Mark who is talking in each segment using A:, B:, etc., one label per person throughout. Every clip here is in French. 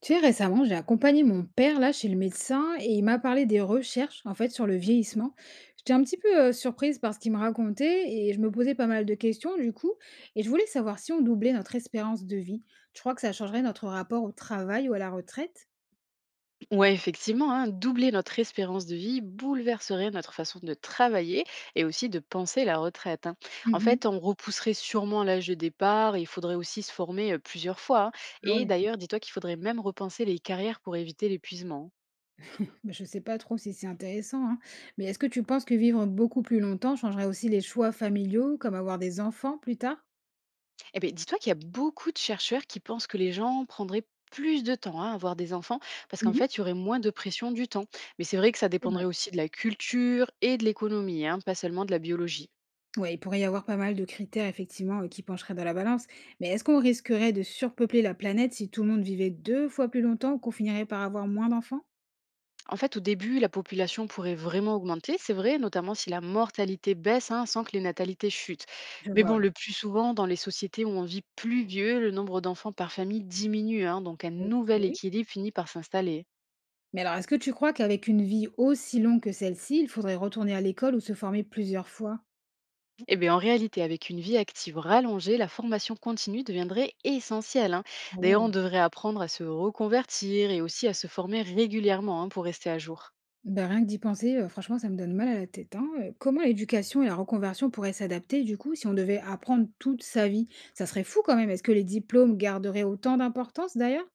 A: Tu sais, récemment, j'ai accompagné mon père là chez le médecin et il m'a parlé des recherches en fait sur le vieillissement. J'étais un petit peu surprise par ce qu'il me racontait et je me posais pas mal de questions du coup et je voulais savoir si on doublait notre espérance de vie. Tu crois que ça changerait notre rapport au travail ou à la retraite?
B: Ouais, effectivement, hein, doubler notre espérance de vie bouleverserait notre façon de travailler et aussi de penser la retraite. Hein. En
A: Mhm.
B: fait, on repousserait sûrement l'âge de départ et il faudrait aussi se former plusieurs fois. Hein.
A: Ah
B: Et
A: ouais.
B: d'ailleurs, dis-toi qu'il faudrait même repenser les carrières pour éviter l'épuisement. Hein.
A: Bah, je sais pas trop si c'est intéressant, hein. Mais est-ce que tu penses que vivre beaucoup plus longtemps changerait aussi les choix familiaux, comme avoir des enfants plus tard?
B: Eh bien, dis-toi qu'il y a beaucoup de chercheurs qui pensent que les gens prendraient plus de temps, hein, à avoir des enfants parce qu'en
A: Mhm.
B: fait, il y aurait moins de pression du temps. Mais c'est vrai que ça
A: C'est
B: dépendrait
A: vrai.
B: aussi de la culture et de l'économie, hein, pas seulement de la biologie.
A: Ouais, il pourrait y avoir pas mal de critères effectivement qui pencheraient dans la balance, mais est-ce qu'on risquerait de surpeupler la planète si tout le monde vivait deux fois plus longtemps, ou qu'on finirait par avoir moins d'enfants?
B: En fait, au début, la population pourrait vraiment augmenter, c'est vrai, notamment si la mortalité baisse, hein, sans que les natalités chutent.
A: Je
B: Mais
A: vois,
B: bon,
A: ouais.
B: le plus souvent, dans les sociétés où on vit plus vieux, le nombre d'enfants par famille diminue, hein, donc un nouvel
A: Ok.
B: équilibre finit par s'installer.
A: Mais alors, est-ce que tu crois qu'avec une vie aussi longue que celle-ci, il faudrait retourner à l'école ou se former plusieurs fois?
B: Et bien en réalité, avec une vie active rallongée, la formation continue deviendrait essentielle. Hein.
A: Ah
B: D'ailleurs, on
A: ouais.
B: devrait apprendre à se reconvertir et aussi à se former régulièrement, hein, pour rester à jour.
A: Ben, rien que d'y penser, franchement, ça me donne mal à la tête, hein. Comment l'éducation et la reconversion pourraient s'adapter du coup si on devait apprendre toute sa vie? Ça serait fou quand même. Est-ce que les diplômes garderaient autant d'importance d'ailleurs?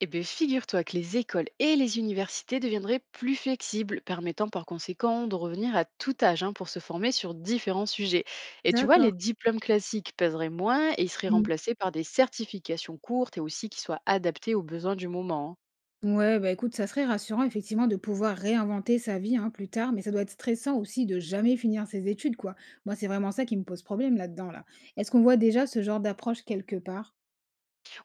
B: Eh bien, figure-toi que les écoles et les universités deviendraient plus flexibles, permettant par conséquent de revenir à tout âge, hein, pour se former sur différents sujets. Et tu vois,
A: D'accord.
B: les diplômes classiques pèseraient moins et ils seraient remplacés par des certifications courtes et aussi qui soient adaptées aux besoins du moment. Hein.
A: Ouais, bah écoute, ça serait rassurant effectivement de pouvoir réinventer sa vie hein, plus tard, mais ça doit être stressant aussi de jamais finir ses études, quoi. Moi, c'est vraiment ça qui me pose problème là-dedans, là. Est-ce qu'on voit déjà ce genre d'approche quelque part?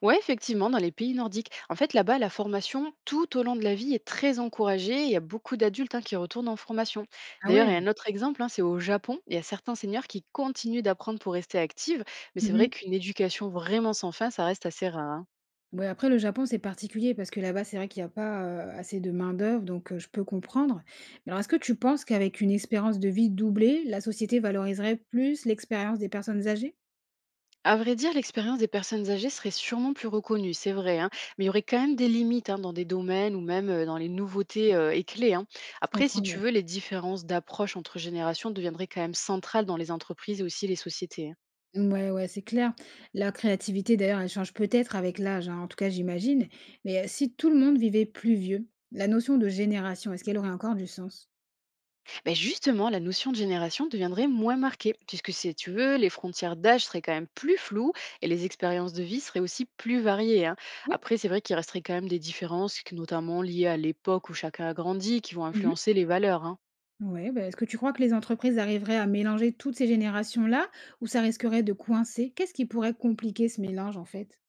B: Ouais, effectivement, dans les pays nordiques. En fait, là-bas, la formation tout au long de la vie est très encouragée. Il y a beaucoup d'adultes, hein, qui retournent en formation.
A: Ah
B: D'ailleurs, il y a
A: ouais.
B: un autre exemple, hein, c'est au Japon. Il y a certains seniors qui continuent d'apprendre pour rester actifs, mais c'est vrai
A: Mhm.
B: qu'une éducation vraiment sans fin, ça reste assez rare. Hein.
A: Ouais, après, le Japon, c'est particulier parce que là-bas, c'est vrai qu'il n'y a pas assez de main-d'œuvre, donc je peux comprendre. Mais alors, est-ce que tu penses qu'avec une espérance de vie doublée, la société valoriserait plus l'expérience des personnes âgées?
B: À vrai dire, l'expérience des personnes âgées serait sûrement plus reconnue, c'est vrai, hein, mais il y aurait quand même des limites, hein, dans des domaines ou même dans les nouveautés et clés. Hein.
A: Je
B: Après, si
A: comprends,
B: tu
A: ouais.
B: veux, les différences d'approche entre générations deviendraient quand même centrales dans les entreprises et aussi les sociétés. Hein.
A: Ouais, ouais, c'est clair. La créativité, d'ailleurs, elle change peut-être avec l'âge, hein, en tout cas, j'imagine. Mais si tout le monde vivait plus vieux, la notion de génération, est-ce qu'elle aurait encore du sens?
B: Beh, justement, la notion de génération deviendrait moins marquée, puisque si tu veux, les frontières d'âge seraient quand même plus floues et les expériences de vie seraient aussi plus variées. Hein.
A: Oui.
B: Après, c'est vrai qu'il resterait quand même des différences, notamment liées à l'époque où chacun a grandi, qui vont
A: Mhm.
B: influencer les valeurs. Hein.
A: Ouais, bah, est-ce que tu crois que les entreprises arriveraient à mélanger toutes ces générations-là ou ça risquerait de coincer? Qu'est-ce qui pourrait compliquer ce mélange, en fait?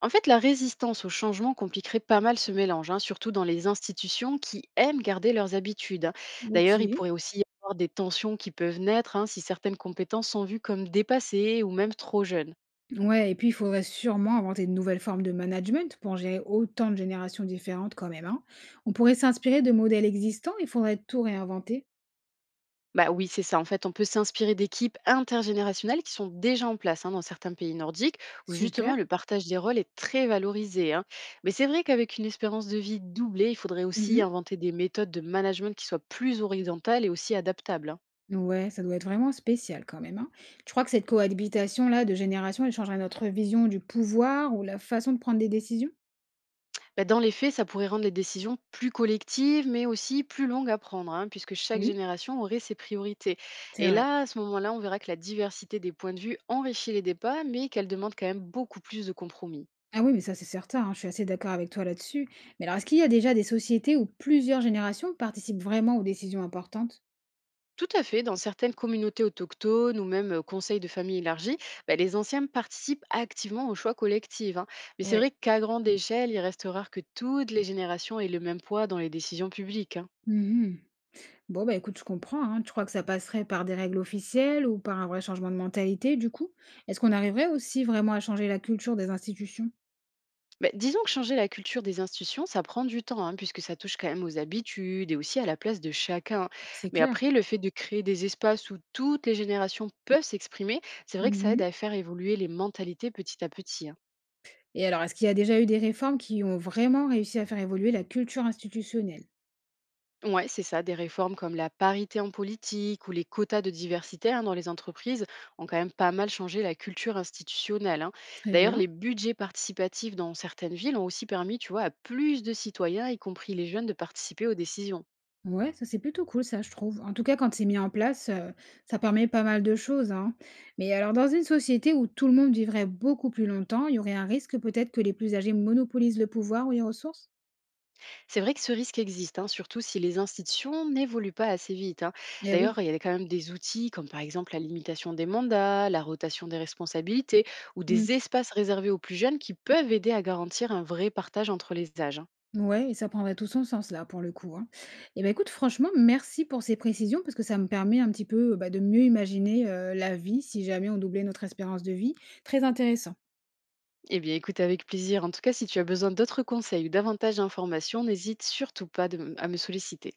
B: En fait, la résistance au changement compliquerait pas mal ce mélange, hein, surtout dans les institutions qui aiment garder leurs habitudes. Hein.
A: Ok.
B: D'ailleurs, il pourrait aussi y avoir des tensions qui peuvent naître, hein, si certaines compétences sont vues comme dépassées ou même trop jeunes.
A: Ouais, et puis il faudrait sûrement inventer de nouvelles formes de management pour gérer autant de générations différentes quand même, hein. On pourrait s'inspirer de modèles existants, il faudrait tout réinventer.
B: Bah oui, c'est ça. En fait, on peut s'inspirer d'équipes intergénérationnelles qui sont déjà en place, hein, dans certains pays nordiques, où justement
A: Super.
B: le partage des rôles est très valorisé. Hein. Mais c'est vrai qu'avec une espérance de vie doublée, il faudrait aussi inventer des méthodes de management qui soient plus horizontales et aussi adaptables. Hein.
A: Ouais, ça doit être vraiment spécial quand même, hein. Tu crois que cette cohabitation-là de générations, elle changerait notre vision du pouvoir ou la façon de prendre des décisions?
B: Bah, dans les faits, ça pourrait rendre les décisions plus collectives, mais aussi plus longues à prendre, hein, puisque chaque
A: Oui.
B: génération aurait ses priorités.
A: C'est
B: Et
A: vrai.
B: là, à ce moment-là, on verra que la diversité des points de vue enrichit les débats, mais qu'elle demande quand même beaucoup plus de compromis.
A: Ah oui, mais ça c'est certain, hein, je suis assez d'accord avec toi là-dessus. Mais alors, est-ce qu'il y a déjà des sociétés où plusieurs générations participent vraiment aux décisions importantes?
B: Tout à fait. Dans certaines communautés autochtones ou même conseils de famille élargis, bah, les anciens participent activement aux choix collectifs. Hein. Mais c'est vrai
A: Ouais.
B: qu'à grande échelle, il reste rare que toutes les générations aient le même poids dans les décisions publiques. Hein.
A: Mhm. Bon, bah écoute, je comprends, hein. Tu crois que ça passerait par des règles officielles ou par un vrai changement de mentalité, du coup? Est-ce qu'on arriverait aussi vraiment à changer la culture des institutions?
B: Bah, disons que changer la culture des institutions, ça prend du temps, hein, puisque ça touche quand même aux habitudes et aussi à la place de chacun.
A: C'est
B: Mais
A: clair.
B: après, le fait de créer des espaces où toutes les générations peuvent s'exprimer, c'est vrai que ça
A: Mhm.
B: aide à faire évoluer les mentalités petit à petit. Hein.
A: Et alors, est-ce qu'il y a déjà eu des réformes qui ont vraiment réussi à faire évoluer la culture institutionnelle?
B: Ouais, c'est ça. Des réformes comme la parité en politique ou les quotas de diversité, hein, dans les entreprises ont quand même pas mal changé la culture institutionnelle. Hein.
A: Très
B: D'ailleurs,
A: bien.
B: les budgets participatifs dans certaines villes ont aussi permis, tu vois, à plus de citoyens, y compris les jeunes, de participer aux décisions.
A: Ouais, ça c'est plutôt cool, ça, je trouve. En tout cas, quand c'est mis en place, ça permet pas mal de choses, hein. Mais alors, dans une société où tout le monde vivrait beaucoup plus longtemps, il y aurait un risque peut-être que les plus âgés monopolisent le pouvoir ou les ressources?
B: C'est vrai que ce risque existe, hein, surtout si les institutions n'évoluent pas assez vite. Hein.
A: Eh oui.
B: D'ailleurs, il y a quand même des outils comme par exemple la limitation des mandats, la rotation des responsabilités ou
A: Mm.
B: des espaces réservés aux plus jeunes qui peuvent aider à garantir un vrai partage entre les âges. Hein.
A: Ouais, et ça prendrait tout son sens là, pour le coup, hein. Eh ben écoute, franchement, merci pour ces précisions, parce que ça me permet un petit peu bah, de mieux imaginer la vie si jamais on doublait notre espérance de vie. Très intéressant.
B: Eh bien, écoute avec plaisir. En tout cas, si tu as besoin d'autres conseils ou davantage d'informations, n'hésite surtout pas de à me solliciter.